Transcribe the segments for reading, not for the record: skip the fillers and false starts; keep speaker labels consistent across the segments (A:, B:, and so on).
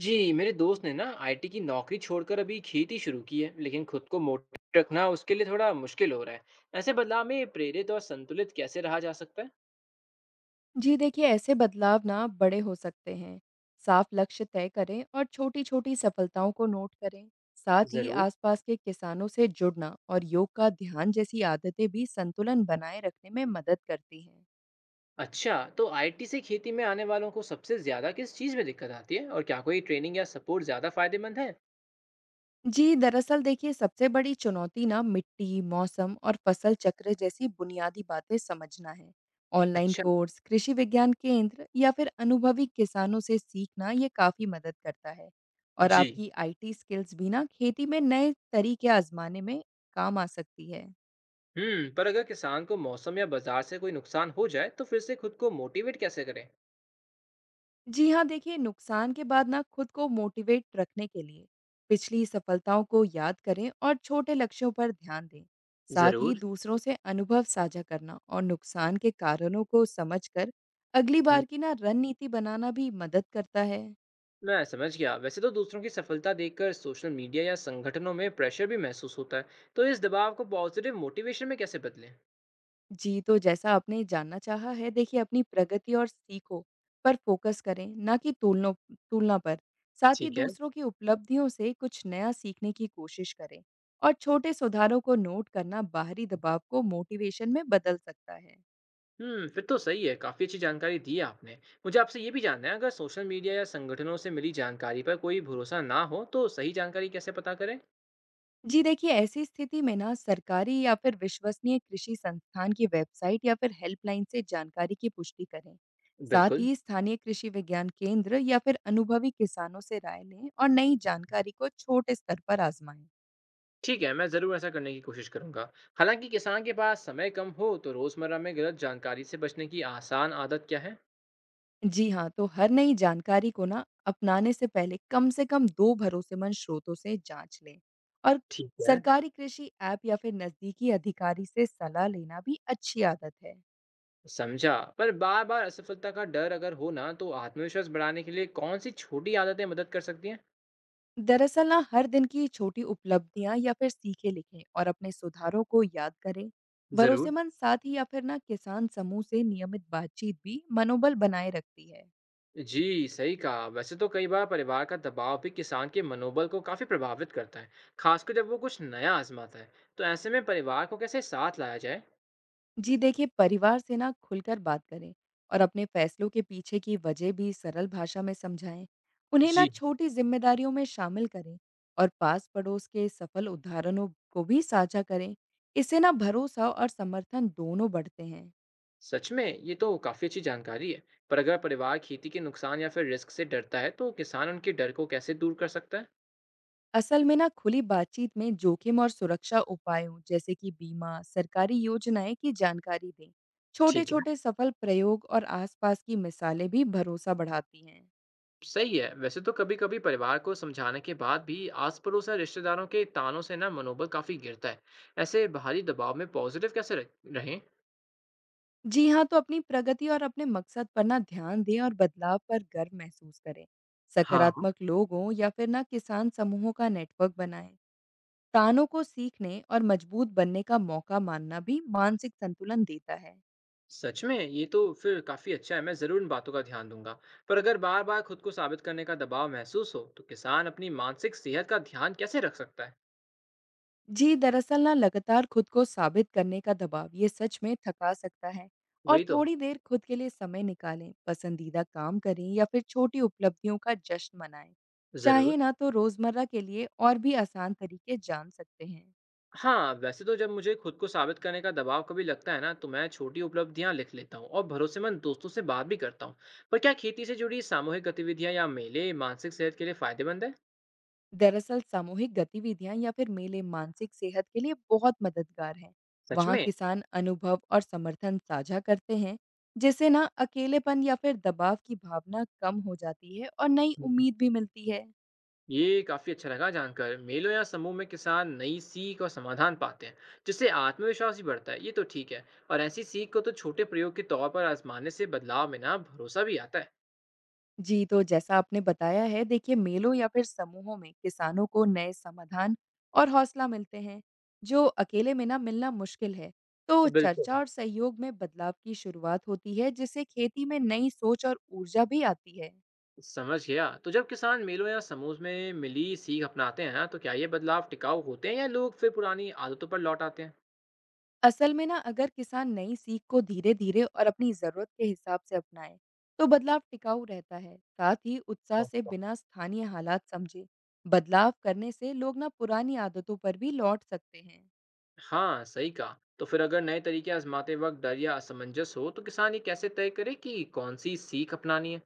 A: जी, मेरे दोस्त ने ना आईटी की नौकरी छोड़कर अभी खेती शुरू की है, लेकिन खुद को मोटिवेट रखना उसके लिए थोड़ा मुश्किल हो रहा है। ऐसे बदलाव में प्रेरित और संतुलित कैसे रहा जा सकता है?
B: जी देखिए, ऐसे बदलाव ना बड़े हो सकते हैं। साफ लक्ष्य तय करें और छोटी छोटी सफलताओं को नोट करें। साथ ही
A: जरूर।
B: आसपास के किसानों से जुड़ना और योग का ध्यान जैसी आदतें भी संतुलन बनाए रखने में मदद करती हैं।
A: अच्छा, तो आईटी से खेती में आने वालों को सबसे ज्यादा किस चीज में दिक्कत आती है और क्या कोई ट्रेनिंग या सपोर्ट ज्यादा फायदेमंद है?
B: जी, दरअसल देखिए, सबसे बड़ी चुनौती ना मिट्टी, मौसम और फसल चक्र जैसी बुनियादी बातें समझना है। ऑनलाइन
A: अच्छा।
B: कोर्स, कृषि विज्ञान केंद्र या फिर अनुभवी किसानों से सीखना ये काफ़ी मदद करता है। और
A: जी।
B: आपकी आईटी स्किल्स भी ना खेती में नए तरीके आजमाने में काम आ सकती है।
A: पर अगर किसान को मौसम या बाजार से कोई नुकसान हो जाए, तो फिर से खुद को मोटिवेट कैसे करें?
B: जी हाँ, देखिए, नुकसान के बाद ना खुद को मोटिवेट रखने के लिए पिछली सफलताओं को याद करें और छोटे लक्ष्यों पर ध्यान दें। साथ ही
A: जरूर।
B: दूसरों से अनुभव साझा करना और नुकसान के कारणों को समझकर अगली बार की ना रणनीति बनाना भी मदद करता है।
A: मैं समझ गया। वैसे तो दूसरों की सफलता देखकर सोशल मीडिया या संगठनों में प्रेशर भी महसूस होता है, तो इस दबाव को पॉजिटिव मोटिवेशन में कैसे बदलें?
B: जी, तो जैसा आपने जानना चाहा है, देखिए, अपनी प्रगति और सीखों पर फ़ोकस करें, ना कि तुलनों तुलना पर। साथ ही
A: ठीक है।
B: दूसरों की उपलब्धियों से कुछ नया सीखने की कोशिश करें और छोटे सुधारों को नोट करना बाहरी दबाव को मोटिवेशन में बदल सकता है।
A: हम्म, फिर तो सही है। काफी अच्छी जानकारी दी है आपने। मुझे आपसे ये भी जानना है, अगर सोशल मीडिया या संगठनों से मिली जानकारी पर कोई भरोसा ना हो तो सही जानकारी कैसे पता करें?
B: जी देखिए, ऐसी स्थिति में ना सरकारी या फिर विश्वसनीय कृषि संस्थान की वेबसाइट या फिर हेल्पलाइन से जानकारी की पुष्टि करें। साथ
A: बिल्कुल।
B: ही स्थानीय कृषि विज्ञान केंद्र या फिर अनुभवी किसानों से राय लें और नई जानकारी को छोटे स्तर पर आजमाएं।
A: ठीक है, मैं जरूर ऐसा करने की कोशिश करूंगा। हालांकि किसान के पास समय कम हो तो रोजमर्रा में गलत जानकारी से बचने की आसान आदत क्या है?
B: जी हाँ, तो हर नई जानकारी को ना अपनाने से पहले कम से कम 2 भरोसेमंद स्रोतों से जांच लें और
A: ठीक है।
B: सरकारी कृषि ऐप या फिर नज़दीकी अधिकारी से सलाह लेना भी अच्छी आदत है।
A: समझा, पर बार बार असफलता का डर अगर हो ना, तो आत्मविश्वास बढ़ाने के लिए कौन सी छोटी आदतें मदद कर सकती हैं?
B: दरअसल ना हर दिन की छोटी उपलब्धियां या फिर सीखे लिखें और अपने सुधारों को याद करें।
A: जरूर।
B: भरोसेमंद साथी या फिर ना किसान समूह से नियमित बातचीत भी मनोबल बनाए रखती है।
A: जी, सही कहा। वैसे तो कई बार परिवार का दबाव भी किसान के मनोबल को काफी प्रभावित करता है, खासकर जब वो कुछ नया आजमाता है। तो ऐसे में परिवार को कैसे साथ लाया जाए?
B: जी देखिए, परिवार से ना खुलकर बात करें और अपने फैसलों के पीछे की वजह भी सरल भाषा में समझाएं। उन्हें ना
A: जी।
B: छोटी जिम्मेदारियों में शामिल करें और पास पड़ोस के सफल उदाहरणों को भी साझा करें। इससे ना भरोसा और समर्थन दोनों बढ़ते हैं।
A: सच में ये तो काफी अच्छी जानकारी है। पर अगर परिवार खेती के नुकसान या फिर रिस्क से डरता है तो किसान उनके डर को कैसे दूर कर सकता है?
B: असल में ना खुली बातचीत में जोखिम और सुरक्षा उपायों, जैसे कि बीमा, सरकारी योजनाएं की जानकारी दें।
A: ठीक है।
B: छोटे-छोटे सफल प्रयोग और आसपास की मिसालें भी भरोसा बढ़ाती हैं।
A: सही है। वैसे तो कभी कभी परिवार को समझाने के बाद भी आस पड़ोस या रिश्तेदारों के तानों से ना मनोबल काफी गिरता है। ऐसे बाहरी दबाव में पॉजिटिव कैसे रहें?
B: जी हाँ, तो अपनी प्रगति और अपने मकसद पर ना ध्यान दें और बदलाव पर गर्व महसूस करें।
A: हाँ।
B: सकारात्मक लोगों या फिर ना किसान समूहों का नेटवर्क बनाएं। तानों को सीखने और मजबूत बनने का मौका मानना भी मानसिक संतुलन देता है।
A: सच में ये तो फिर काफी अच्छा है। मैं जरूर इन बातों का ध्यान दूंगा। पर अगर बार बार खुद को साबित करने का दबाव महसूस हो तो किसान अपनी मानसिक सेहत का ध्यान कैसे रख सकता है?
B: जी, दरअसल ना लगातार खुद को साबित करने का दबाव ये सच में थका सकता है। और
A: वही तो।
B: थोड़ी देर खुद के लिए समय निकालें, पसंदीदा काम करें या फिर छोटी उपलब्धियों का जश्न मनाएं। चाहे
A: जरूर।
B: ना तो रोजमर्रा के लिए और भी आसान तरीके जान सकते हैं।
A: हाँ, वैसे तो जब मुझे खुद को साबित करने का दबाव कभी लगता है ना, तो मैं छोटी उपलब्धियाँ लिख लेता हूँ और भरोसेमंद दोस्तों से बात भी करता हूँ। पर क्या खेती से जुड़ी सामूहिक गतिविधियाँ या मेले मानसिक सेहत के लिए फायदेमंद है?
B: दरअसल, सामूहिक गतिविधियां या फिर मेले मानसिक सेहत के लिए बहुत मददगार हैं।
A: सच
B: वहाँ
A: में?
B: किसान अनुभव और समर्थन साझा करते हैं, जिससे ना अकेलेपन या फिर दबाव की भावना कम हो जाती है और नई
A: हम्म।
B: उम्मीद भी मिलती है।
A: ये काफी अच्छा लगा जानकर। मेलों या समूह में किसान नई सीख और समाधान पाते हैं, जिससे आत्मविश्वास भी बढ़ता है। ये तो ठीक है। और ऐसी सीख को तो छोटे प्रयोग के तौर पर आजमाने से बदलाव में ना भरोसा भी आता है।
B: जी, तो जैसा आपने बताया है, देखिए, मेलों या फिर समूहों में किसानों को नए समाधान और हौसला मिलते हैं, जो अकेले में ना मिलना मुश्किल है। तो
A: बिल्कुल।
B: चर्चा और सहयोग में बदलाव की शुरुआत होती है, जिससे खेती में नई सोच और ऊर्जा भी आती है।
A: समझ गया। तो जब किसान मेलों या समूह में मिली सीख अपनाते हैं ना, तो क्या ये बदलाव टिकाऊ होते हैं या लोग फिर पुरानी आदतों पर लौट आते हैं?
B: असल में ना अगर किसान नई सीख को धीरे-धीरे और अपनी जरूरत के हिसाब से अपनाए, तो बदलाव टिकाऊ रहता है। साथ ही उत्साह से
A: अच्छा।
B: बिना स्थानीय हालात समझे बदलाव करने से लोग ना पुरानी आदतों पर भी लौट सकते हैं।
A: हाँ, सही कहा। तो फिर अगर नए तरीके आजमाते वक्त डर या असमंजस हो तो किसान ये कैसे तय करे कि कौन सी सीख अपनानी है?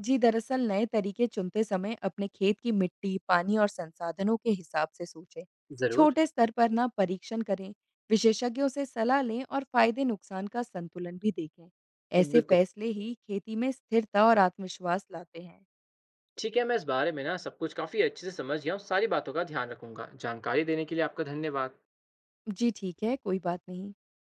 B: जी, दरअसल नए तरीके चुनते समय अपने खेत की मिट्टी, पानी और संसाधनों के हिसाब से सोचें।
A: जरूर।
B: छोटे स्तर पर ना परीक्षण करें, विशेषज्ञों से सलाह लें और फायदे नुकसान का संतुलन भी देखें। ऐसे
A: बिल्कुल।
B: फैसले ही खेती में स्थिरता और आत्मविश्वास लाते हैं।
A: ठीक है, मैं इस बारे में ना सब कुछ काफी अच्छे से समझ गया हूँ। सारी बातों का ध्यान रखूंगा। जानकारी देने के लिए आपका धन्यवाद।
B: जी ठीक है, कोई बात नहीं।